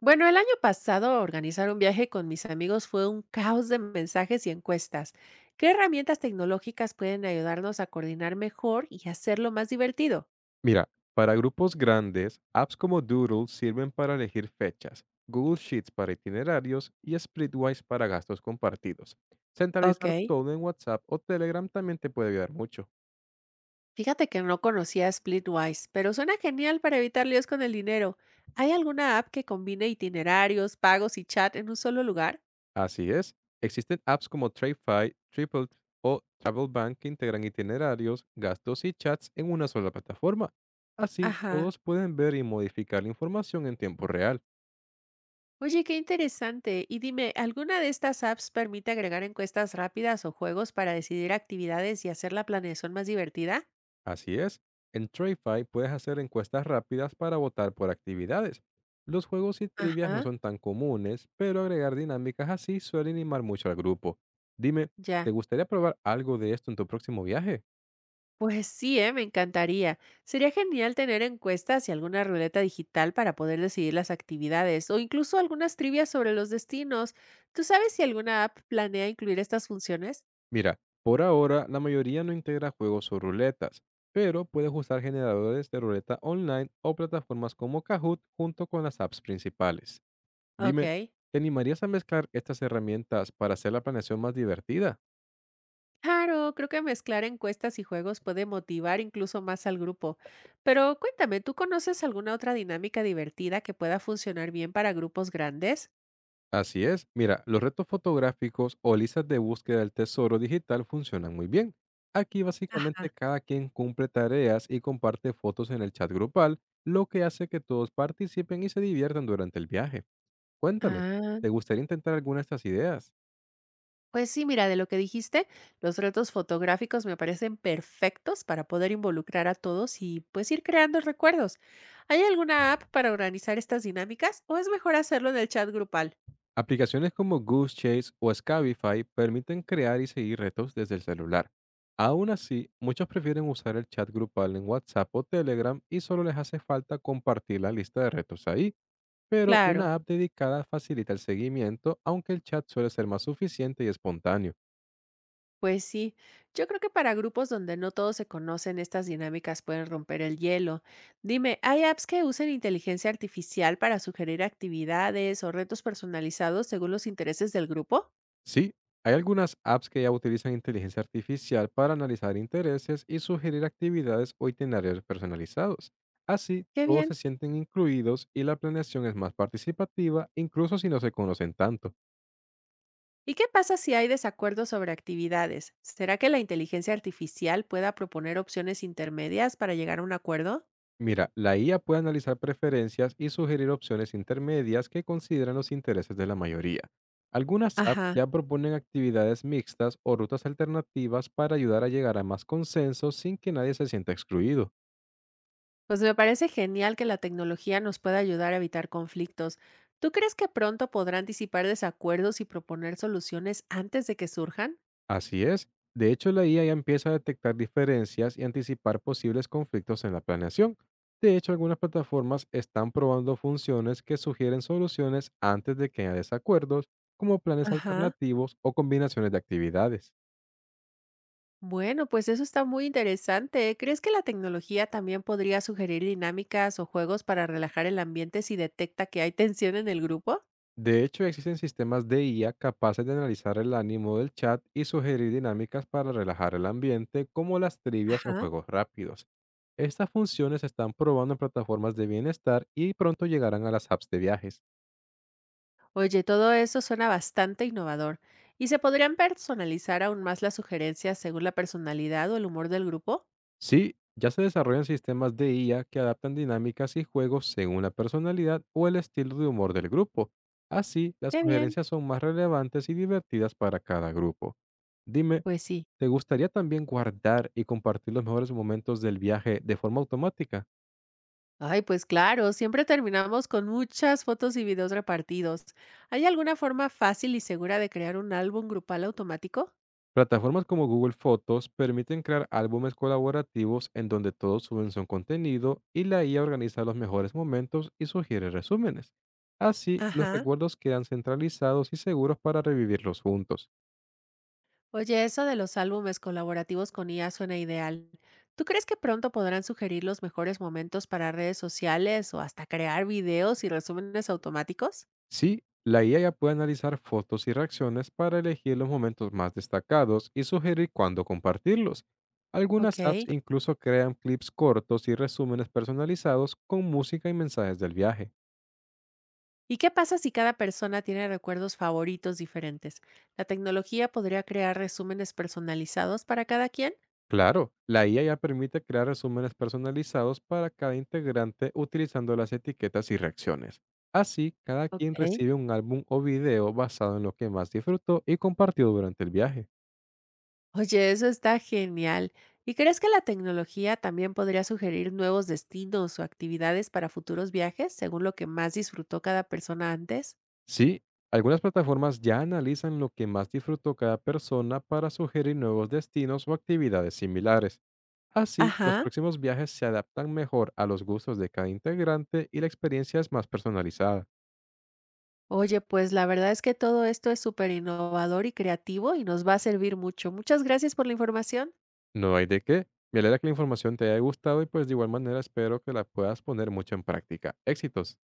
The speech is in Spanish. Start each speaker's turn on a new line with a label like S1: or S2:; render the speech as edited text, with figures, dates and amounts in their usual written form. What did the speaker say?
S1: Bueno, el año pasado organizar un viaje con mis amigos fue un caos de mensajes y encuestas. ¿Qué herramientas tecnológicas pueden ayudarnos a coordinar mejor y hacerlo más divertido?
S2: Mira, para grupos grandes, apps como Doodle sirven para elegir fechas, Google Sheets para itinerarios y Splitwise para gastos compartidos. Centralizar
S1: Ok.
S2: todo en WhatsApp o Telegram también te puede ayudar mucho.
S1: Fíjate que no conocía Splitwise, pero suena genial para evitar líos con el dinero. ¿Hay alguna app que combine itinerarios, pagos y chat en un solo lugar?
S2: Así es, existen apps como TradeFi, Triple o TravelBank que integran itinerarios, gastos y chats en una sola plataforma. Así,
S1: Ajá.
S2: todos pueden ver y modificar la información en tiempo real.
S1: Oye, qué interesante. Y dime, ¿alguna de estas apps permite agregar encuestas rápidas o juegos para decidir actividades y hacer la planeación más divertida?
S2: Así es, en TradeFi puedes hacer encuestas rápidas para votar por actividades. Los juegos y trivias no
S1: Ajá.
S2: son tan comunes, pero agregar dinámicas así suele animar mucho al grupo. Dime,
S1: Ya,
S2: ¿te gustaría probar algo de esto en tu próximo viaje?
S1: pues sí, ¿eh? Me encantaría. Sería genial tener encuestas y alguna ruleta digital para poder decidir las actividades o incluso algunas trivias sobre los destinos. ¿Tú sabes si alguna app planea incluir estas funciones?
S2: Mira, por ahora la mayoría no integra juegos o ruletas, pero puedes usar generadores de ruleta online o plataformas como Kahoot junto con las apps principales. Dime,
S1: Ok.
S2: ¿te animarías a mezclar estas herramientas para hacer la planeación más divertida?
S1: Claro, creo que mezclar encuestas y juegos puede motivar incluso más al grupo. Pero cuéntame, ¿tú conoces alguna otra dinámica divertida que pueda funcionar bien para grupos grandes?
S2: Así es. Mira, los retos fotográficos o listas de búsqueda del tesoro digital funcionan muy bien. Aquí básicamente
S1: Ajá.
S2: cada quien cumple tareas y comparte fotos en el chat grupal, lo que hace que todos participen y se diviertan durante el viaje. Cuéntame,
S1: Ah.
S2: ¿te gustaría intentar alguna de estas ideas?
S1: Pues sí, mira, de lo que dijiste, los retos fotográficos me parecen perfectos para poder involucrar a todos y pues ir creando recuerdos. ¿Hay alguna app para organizar estas dinámicas o es mejor hacerlo en el chat grupal?
S2: Aplicaciones como Goose Chase o Scabify permiten crear y seguir retos desde el celular. Aún así, muchos prefieren usar el chat grupal en WhatsApp o Telegram y solo les hace falta compartir la lista de retos ahí, pero
S1: Claro,
S2: una app dedicada facilita el seguimiento, aunque el chat suele ser más suficiente y espontáneo.
S1: pues sí. Yo creo que para grupos donde no todos se conocen, estas dinámicas pueden romper el hielo. Dime, ¿hay apps que usen inteligencia artificial para sugerir actividades o retos personalizados según los intereses del grupo?
S2: Sí, hay algunas apps que ya utilizan inteligencia artificial para analizar intereses y sugerir actividades o itinerarios personalizados. Así,
S1: Qué
S2: todos se
S1: bien.
S2: sienten incluidos y la planeación es más participativa, incluso si no se conocen tanto.
S1: ¿Y qué pasa si hay desacuerdos sobre actividades? ¿Será que la inteligencia artificial pueda proponer opciones intermedias para llegar a un acuerdo?
S2: Mira, la IA puede analizar preferencias y sugerir opciones intermedias que consideran los intereses de la mayoría. Algunas apps
S1: Ajá,
S2: ya proponen actividades mixtas o rutas alternativas para ayudar a llegar a más consenso sin que nadie se sienta excluido.
S1: pues me parece genial que la tecnología nos pueda ayudar a evitar conflictos. ¿Tú crees que pronto podrá anticipar desacuerdos y proponer soluciones antes de que surjan?
S2: Así es, de hecho la IA ya empieza a detectar diferencias y anticipar posibles conflictos en la planeación. De hecho, algunas plataformas están probando funciones que sugieren soluciones antes de que haya desacuerdos, como planes
S1: Ajá.
S2: alternativos o combinaciones de actividades.
S1: Bueno, pues eso está muy interesante, ¿eh? ¿Crees que la tecnología también podría sugerir dinámicas o juegos para relajar el ambiente si detecta que hay tensión en el grupo?
S2: De hecho, existen sistemas de IA capaces de analizar el ánimo del chat y sugerir dinámicas para relajar el ambiente, como las trivias o
S1: Ajá.
S2: juegos rápidos. Estas funciones se están probando en plataformas de bienestar y pronto llegarán a las apps de viajes.
S1: Oye, todo eso suena bastante innovador. ¿Y se podrían personalizar aún más las sugerencias según la personalidad o el humor del grupo?
S2: Sí, ya se desarrollan sistemas de IA que adaptan dinámicas y juegos según la personalidad o el estilo de humor del grupo. Así, las
S1: Qué bien.
S2: sugerencias son más relevantes y divertidas para cada grupo. Dime,
S1: Pues sí.
S2: ¿te gustaría también guardar y compartir los mejores momentos del viaje de forma automática?
S1: Ay, pues claro, siempre terminamos con muchas fotos y videos repartidos. ¿Hay alguna forma fácil y segura de crear un álbum grupal automático?
S2: Plataformas como Google Fotos permiten crear álbumes colaborativos en donde todos suben su contenido y la IA organiza los mejores momentos y sugiere resúmenes. Así, los
S1: Ajá.
S2: recuerdos quedan centralizados y seguros para revivirlos juntos.
S1: Oye, eso de los álbumes colaborativos con IA suena ideal. ¿Tú crees que pronto podrán sugerir los mejores momentos para redes sociales o hasta crear videos y resúmenes automáticos?
S2: Sí, la IA ya puede analizar fotos y reacciones para elegir los momentos más destacados y sugerir cuándo compartirlos.
S1: Ok.
S2: Algunas apps incluso crean clips cortos y resúmenes personalizados con música y mensajes del viaje.
S1: ¿Y qué pasa si cada persona tiene recuerdos favoritos diferentes? ¿La tecnología podría crear resúmenes personalizados para cada quien?
S2: Claro, la IA ya permite crear resúmenes personalizados para cada integrante utilizando las etiquetas y reacciones. Así, cada quien
S1: Ok.
S2: recibe un álbum o video basado en lo que más disfrutó y compartió durante el viaje.
S1: Oye, eso está genial. ¿Y crees que la tecnología también podría sugerir nuevos destinos o actividades para futuros viajes, según lo que más disfrutó cada persona antes?
S2: Sí, algunas plataformas ya analizan lo que más disfrutó cada persona para sugerir nuevos destinos o actividades similares. Así, los
S1: Ajá.
S2: próximos viajes se adaptan mejor a los gustos de cada integrante y la experiencia es más personalizada.
S1: Oye, pues la verdad es que todo esto es súper innovador y creativo y nos va a servir mucho. Muchas gracias por la información.
S2: No hay de qué. Me alegra que la información te haya gustado y pues de igual manera espero que la puedas poner mucho en práctica. Éxitos.